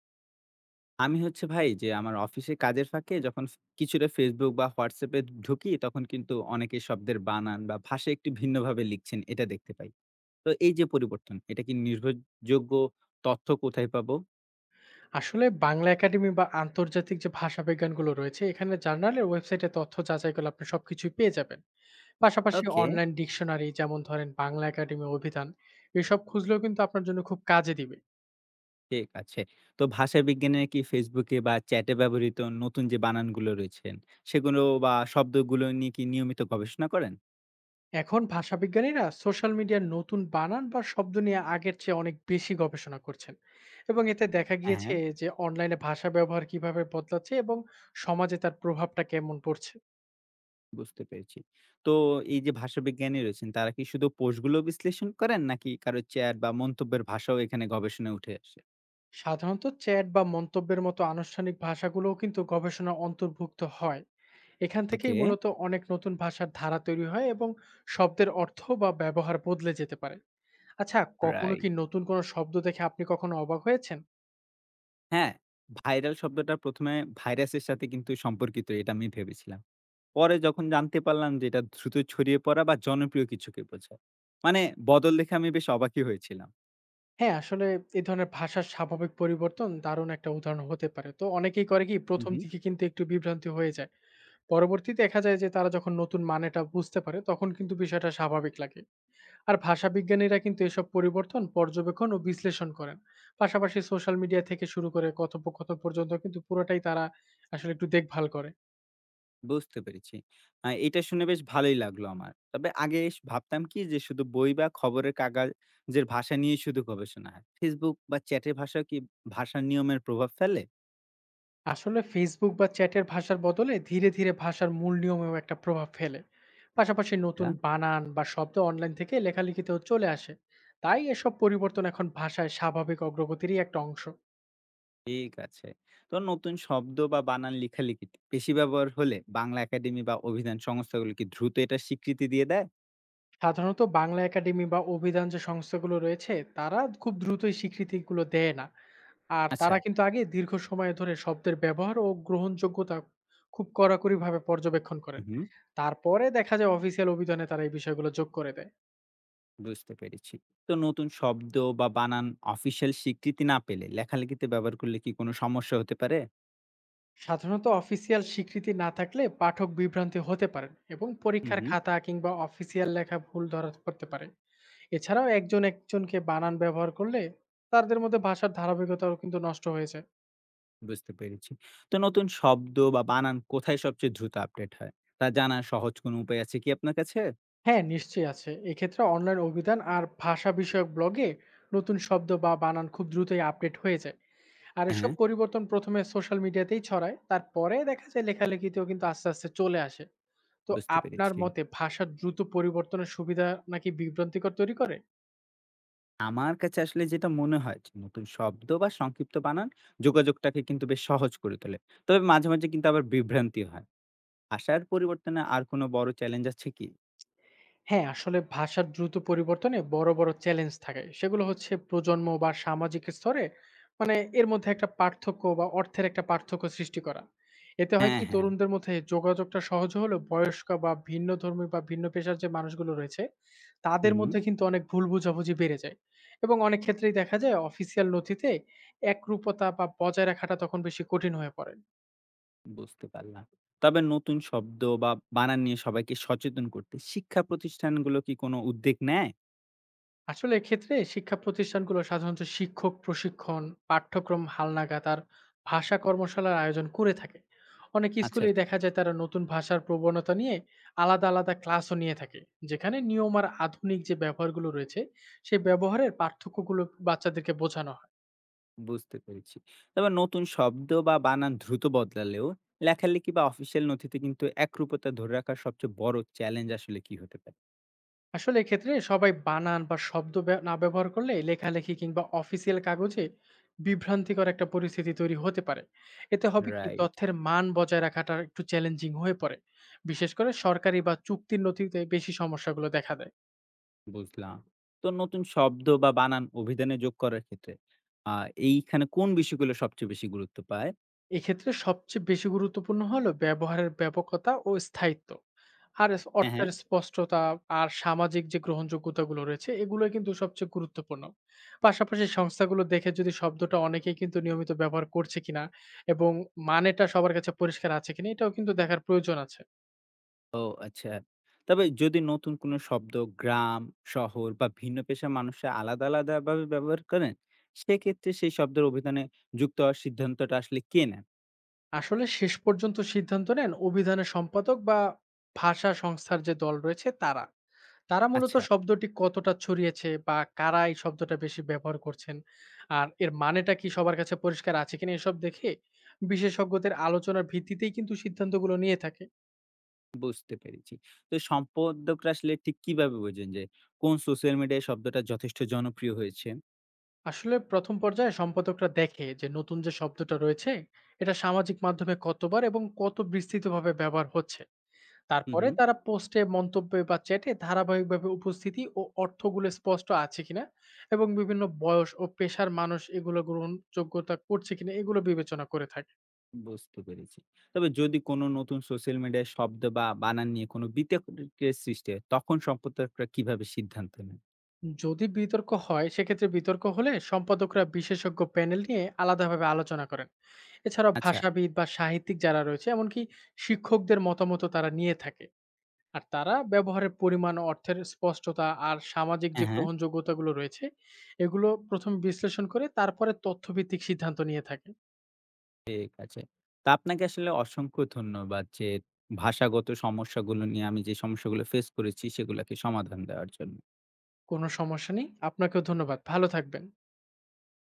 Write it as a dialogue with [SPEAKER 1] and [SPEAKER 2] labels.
[SPEAKER 1] আমি হচ্ছে ভাই যে আমার অফিসে কাজের ফাঁকে যখন কিছুটা ফেসবুক বা হোয়াটসঅ্যাপ এ ঢুকি তখন কিন্তু অনেকে শব্দের বানান বা ভাষা একটু ভিন্নভাবে লিখছেন এটা দেখতে পাই। তো এই যে পরিবর্তন, এটা কি নির্ভরযোগ্য? তথ্য কোথায় পাবো?
[SPEAKER 2] আসলে বাংলা একাডেমি বা আন্তর্জাতিক যে ভাষা বিজ্ঞানগুলো রয়েছে এখানে জার্নালের ওয়েবসাইটে তথ্য যাচাই করলে আপনি সবকিছুই পেয়ে যাবেন। পাশাপাশি
[SPEAKER 1] ওকে।
[SPEAKER 2] অনলাইন ডিকশনারি যেমন ধরেন বাংলা একাডেমি অভিধান এসব খুঁজলেও কিন্তু আপনার জন্য খুব কাজে দিবে।
[SPEAKER 1] ঠিক আছে। তো ভাষা বিজ্ঞানের কি ফেসবুকে বা চ্যাটে ব্যবহৃত নতুন যে বানানগুলো রয়েছেন সেগুলো বা শব্দগুলো নিয়ে কি নিয়মিত গবেষণা করেন?
[SPEAKER 2] এখন ভাষাবিজ্ঞানীরা সোশ্যাল মিডিয়ার নতুন বানান বা শব্দ নিয়ে আগের চেয়ে অনেক বেশি গবেষণা করছেন, এবং এতে দেখা গিয়েছে
[SPEAKER 1] হ্যাঁ।
[SPEAKER 2] যে অনলাইনে ভাষা ব্যবহার কিভাবে বদলাচ্ছে এবং সমাজে তার প্রভাবটা কেমন পড়ছে।
[SPEAKER 1] বুঝতে পেরেছি। তো এই যে ভাষাবিজ্ঞানী রয়েছেন, তারা কি শুধু কোষগুলো বিশ্লেষণ করেন নাকি কারো চ্যাট বা মন্তব্যের ভাষাও এখানে গবেষণায় উঠে আসে?
[SPEAKER 2] সাধারণত চ্যাট বা মন্তব্যের মতো আনুষ্ঠানিক ভাষাগুলোও কিন্তু গবেষণার অন্তর্ভুক্ত হয়। এখান থেকেই
[SPEAKER 1] ওকে,
[SPEAKER 2] মূলত অনেক নতুন ভাষার ধারা তৈরি হয়, এবং শব্দের অর্থ বা ব্যবহার বদলে যেতে পারে। আচ্ছা, কখনো কি
[SPEAKER 1] রাইট।
[SPEAKER 2] নতুন কোনো শব্দ দেখে আপনি কখনো অবাক হয়েছেন?
[SPEAKER 1] হ্যাঁ, ভাইরাল শব্দটা ১ম এ ভাইরাসের সাথে কিন্তু সম্পর্কিত এটা আমি ভেবেছিলাম। পরে যখন জানতে পারলাম যে এটা দ্রুত ছড়িয়ে পড়া বা জনপ্রিয় কিছুকে বোঝায়। মানে বদল দেখে আমি বেশ অবাকই হয়েছিলাম।
[SPEAKER 2] হ্যাঁ, আসলে এই ধরনের ভাষার স্বাভাবিক পরিবর্তন দারুণ একটা উদাহরণ হতে পারে। তো অনেকেই করে কি,
[SPEAKER 1] হুম,
[SPEAKER 2] প্রথম
[SPEAKER 1] হুম।
[SPEAKER 2] দিকে কিন্তু একটু বিভ্রান্তি হয়ে যায়। পরবর্তীতে দেখা যায় যে তারা যখন নতুন মানেটা বুঝতে পারে তখন কিন্তু বিষয়টা স্বাভাবিক লাগে। আর ভাষাবিজ্ঞানীরা কিন্তু এসব পরিবর্তন পর্যবেক্ষণ ও বিশ্লেষণ করেন। পাশাপাশি সোশ্যাল মিডিয়া থেকে শুরু করে কথোপকথন পর্যন্ত কিন্তু পুরোটাই তারা আসলে একটু দেখভাল করে।
[SPEAKER 1] বুঝতে পেরেছি। এটা শুনে বেশ ভালোই লাগলো আমার। তবে আগে ভাবতাম কি যে শুধু বই বা খবরের কাগজের ভাষা নিয়ে শুধু গবেষণা হয়। Facebook বা চ্যাটের ভাষাও কি ভাষার নিয়মের প্রভাব ফেলে?
[SPEAKER 2] আসলে ফেসবুক বা চ্যাটের ভাষার বদলে ধীরে ধীরে ভাষার মূল নিয়মেও একটা প্রভাব ফেলে। পাশাপাশি নতুন
[SPEAKER 1] না?
[SPEAKER 2] বানান বা শব্দ অনলাইন থেকে লেখালেখিতেও চলে আসে। তাই এসব পরিবর্তন এখন ভাষায় স্বাভাবিক অগ্রগতিরই একটা অংশ।
[SPEAKER 1] ঠিক আছে। তো নতুন শব্দ বা বানান লেখালেখিতে বেশি ব্যবহার হলে বাংলা একাডেমি বা অভিধান সংস্থাগুলো কি দ্রুত এটার স্বীকৃতি দিয়ে দেয়?
[SPEAKER 2] সাধারণত বাংলা একাডেমি বা অভিধান যে সংস্থাগুলো রয়েছে তারা খুব দ্রুতই স্বীকৃতিগুলো দেয় না। আর
[SPEAKER 1] আচ্ছা।
[SPEAKER 2] তারা কিন্তু আগে দীর্ঘ সময় ধরে শব্দের ব্যবহার ও গ্রহণযোগ্যতা খুব কড়াকড়িভাবে পর্যবেক্ষণ করেন।
[SPEAKER 1] হুম, হুম।
[SPEAKER 2] তারপরে দেখা যায় অফিসিয়াল অভিধানে তারা এই বিষয়গুলো যোগ করে দেয়।
[SPEAKER 1] বুঝতে পেরেছি। তো নতুন শব্দ বা বানান অফিসিয়াল স্বীকৃতি না পেলে লেখালেখিতে ব্যবহার করলে কি কোনো সমস্যা হতে পারে?
[SPEAKER 2] সাধারণত অফিসিয়াল স্বীকৃতি না থাকলে পাঠক বিভ্রান্তি হতে পারেন, এবং
[SPEAKER 1] হুম,
[SPEAKER 2] পরীক্ষার
[SPEAKER 1] হুম।
[SPEAKER 2] খাতা কিংবা অফিসিয়াল লেখা ভুল ধরা করতে পারে। এছাড়াও একজন একজনকে বানান ব্যবহার করলে তাদের মধ্যে ভাষার ধারাবাহিকতাও কিন্তু নষ্ট হয়ে যায়।
[SPEAKER 1] বুঝতে পেরেছি। তো নতুন শব্দ বা বানান কোথায় সবচেয়ে দ্রুত আপডেট হয়? তা জানার সহজ কোনো উপায় আছে কি আপনার কাছে?
[SPEAKER 2] হ্যাঁ, নিশ্চয়ই আছে। এক্ষেত্রে অনলাইন অভিধান আর ভাষা বিষয়ক ব্লগে নতুন শব্দ বা বানান খুব দ্রুতই আপডেট হয়ে যায়। আর এসব
[SPEAKER 1] হ্যাঁ,
[SPEAKER 2] পরিবর্তন ১ম এ সোশ্যাল মিডিয়াতেই ছড়ায়। তারপরে দেখা যায় লেখালেখিতেও কিন্তু আস্তে আস্তে চলে আসে। তো
[SPEAKER 1] বুঝতে
[SPEAKER 2] আপনার
[SPEAKER 1] পেরেছি।
[SPEAKER 2] মতে ভাষার দ্রুত পরিবর্তনের সুবিধা নাকি বিভ্রান্তিকর তৈরি করে?
[SPEAKER 1] আমার কাছে আসলে যেটা মনে হয় যে নতুন শব্দ বা সংক্ষিপ্ত বানান যোগাযোগটাকে কিন্তু বেশ সহজ করে তোলে। তবে মাঝে, মাঝে কিন্তু আবার বিভ্রান্তি হয়। ভাষার পরিবর্তনে আর কোনো বড় চ্যালেঞ্জ আছে কি?
[SPEAKER 2] হ্যাঁ, আসলে ভাষার দ্রুত পরিবর্তনে বড় বড় চ্যালেঞ্জ থাকে। সেগুলো হচ্ছে প্রজন্ম বা সামাজিক স্তরে, মানে এর মধ্যে একটা পার্থক্য বা অর্থের একটা পার্থক্য সৃষ্টি করা। এতে হয়
[SPEAKER 1] হ্যাঁ,
[SPEAKER 2] কি
[SPEAKER 1] হ্যাঁ।
[SPEAKER 2] তরুণদের মধ্যে যোগাযোগটা সহজ হলেও বয়স্ক বা ভিন্নধর্মী বা ভিন্ন পেশার যে মানুষগুলো রয়েছে,
[SPEAKER 1] হুম,
[SPEAKER 2] তাদের
[SPEAKER 1] হুম।
[SPEAKER 2] মধ্যে কিন্তু অনেক ভুল বোঝাবুঝি বেড়ে যায়। এবং অনেক ক্ষেত্রেই দেখা যায় অফিসিয়াল নথিতে একরূপতা বা বজায় রাখাটা তখন বেশি কঠিন হয়ে পড়ে।
[SPEAKER 1] বুঝতে পারলাম। তবে নতুন শব্দ বা বানান নিয়ে সবাইকে সচেতন করতে শিক্ষা প্রতিষ্ঠানগুলো কি কোনো উদ্যোগ নেয়?
[SPEAKER 2] আসলে এক্ষেত্রে শিক্ষা প্রতিষ্ঠানগুলো সাধারণত শিক্ষক প্রশিক্ষণ, পাঠ্যক্রম হালনাগাদ আর ভাষা কর্মশালার আয়োজন করে থাকে। অনেক
[SPEAKER 1] আচ্ছা,
[SPEAKER 2] স্কুলেই
[SPEAKER 1] আচ্ছা।
[SPEAKER 2] দেখা যায় তারা নতুন ভাষার প্রবণতা নিয়ে আলাদা আলাদা ক্লাসও নিয়ে থাকে, যেখানে নিয়ম আর আধুনিক যে ব্যবহারগুলো রয়েছে সেই ব্যবহারের পার্থক্যগুলো বাচ্চাদেরকে বোঝানো হয়।
[SPEAKER 1] বুঝতে পেরেছি। তবে নতুন শব্দ বা বানান দ্রুত বদলালেও লেখালেখি বা অফিসিয়াল নথিতে কিন্তু একরূপতা ধরে রাখার সবচেয়ে বড় চ্যালেঞ্জ আসলে কি হতে পারে?
[SPEAKER 2] আসলে এক্ষেত্রে সবাই বানান বা শব্দ না ব্যবহার করলে লেখালেখি কিংবা অফিসিয়াল কাগজে বিভ্রান্তিকর একটা পরিস্থিতি তৈরি হতে পারে। এতে হবে কি
[SPEAKER 1] রাইট,
[SPEAKER 2] তথ্যের মান বজায় রাখাটা একটু চ্যালেঞ্জিং হয়ে পড়ে। বিশেষ করে সরকারি বা চুক্তির নথিতে বেশি সমস্যাগুলো দেখা দেয়।
[SPEAKER 1] বুঝলাম। তো নতুন শব্দ বা বানান অভিধানে যোগ করার ক্ষেত্রে আ এইখানে কোন বিষয়গুলো সবচেয়ে বেশি গুরুত্ব পায়?
[SPEAKER 2] এক্ষেত্রে সবচেয়ে বেশি গুরুত্বপূর্ণ হলো ব্যবহারের ব্যাপকতা ও স্থায়িত্ব। আর স
[SPEAKER 1] হ্যাঁ, হ্যাঁ।
[SPEAKER 2] অর্থের স্পষ্টতা আর সামাজিক যে গ্রহণযোগ্যতাগুলো রয়েছে এগুলো কিন্তু সবচেয়ে গুরুত্বপূর্ণ। পাশাপাশি সংস্থাগুলো দেখে যদি শব্দটা অনেকেই কিন্তু নিয়মিত ব্যবহার করছে কিনা এবং মানেটা সবার কাছে পরিষ্কার আছে কিনা, এটাও কিন্তু দেখার প্রয়োজন আছে।
[SPEAKER 1] ও আচ্ছা। তবে যদি নতুন কোনো শব্দ গ্রাম, শহর বা ভিন্ন পেশার মানুষরা আলাদা, আলাদাভাবে ব্যবহার করেন, সেক্ষেত্রে সেই শব্দের অভিধানে যুক্ত হওয়ার সিদ্ধান্তটা আসলে কে নেন?
[SPEAKER 2] আসলে শেষ পর্যন্ত সিদ্ধান্ত নেন অভিধানের সম্পাদক বা ভাষা সংস্থার যে দল রয়েছে তারা। তারা মূলত
[SPEAKER 1] আচ্ছা।
[SPEAKER 2] শব্দটি কতটা ছড়িয়েছে বা কারা এই শব্দটা বেশি ব্যবহার করছেন আর এর মানেটা কি সবার কাছে পরিষ্কার আছে কিনা এসব দেখে বিশেষজ্ঞদের আলোচনার ভিত্তিতেই কিন্তু সিদ্ধান্তগুলো নিয়ে থাকে।
[SPEAKER 1] বুঝতে পেরেছি। তো সম্পাদকরা আসলে ঠিক কিভাবে বোঝেন যে কোন সোশ্যাল মিডিয়ায় শব্দটা যথেষ্ট জনপ্রিয় হয়েছে?
[SPEAKER 2] আসলে প্রথম পর্যায়ে সম্পাদকরা দেখে যে নতুন যে শব্দটা রয়েছে এটা সামাজিক মাধ্যমে কতবার এবং কত বিস্তৃতভাবে ব্যবহার হচ্ছে।
[SPEAKER 1] হু,
[SPEAKER 2] তারপরে
[SPEAKER 1] হু,
[SPEAKER 2] তারা পোস্টে, মন্তব্যে বা চ্যাটে ধারাবাহিকভাবে উপস্থিতি ও অর্থগুলো স্পষ্ট আছে কিনা এবং বিভিন্ন বয়স ও পেশার মানুষ এগুলো গ্রহণযোগ্যতা করছে কিনা এগুলো বিবেচনা করে থাকে।
[SPEAKER 1] বুঝতে পেরেছি। তবে যদি কোনো নতুন সোশ্যাল মিডিয়ায় শব্দ বা বানান নিয়ে কোনো বিতর্কের সৃষ্টি হয়, তখন সম্পাদকরা কিভাবে সিদ্ধান্ত নেন?
[SPEAKER 2] যদি বিতর্ক হয়, সেক্ষেত্রে বিতর্ক হলে সম্পাদকরা বিশেষজ্ঞ প্যানেল নিয়ে আলাদাভাবে আলোচনা করেন। এছাড়াও
[SPEAKER 1] আচ্ছা,
[SPEAKER 2] ভাষাবিদ বা সাহিত্যিক যারা রয়েছে, এমনকি শিক্ষকদের মতামতও তারা নিয়ে থাকে। আর তারা ব্যবহারের পরিমাণ, অর্থের স্পষ্টতা আর সামাজিক যে
[SPEAKER 1] হ্যাঁ, হ্যাঁ,
[SPEAKER 2] গ্রহণযোগ্যতাগুলো রয়েছে, এগুলো ১ম বিশ্লেষণ করে তারপরে তথ্যভিত্তিক সিদ্ধান্ত নিয়ে থাকে।
[SPEAKER 1] ঠিক আছে। তো আপনাকে আসলে অসংখ্য ধন্যবাদ যে ভাষাগত সমস্যাগুলো নিয়ে আমি যে সমস্যাগুলো ফেস করেছি সেগুলাকে সমাধান দেওয়ার জন্য।
[SPEAKER 2] কোনো সমস্যা নেই। আপনাকেও ধন্যবাদ। ভালো থাকবেন।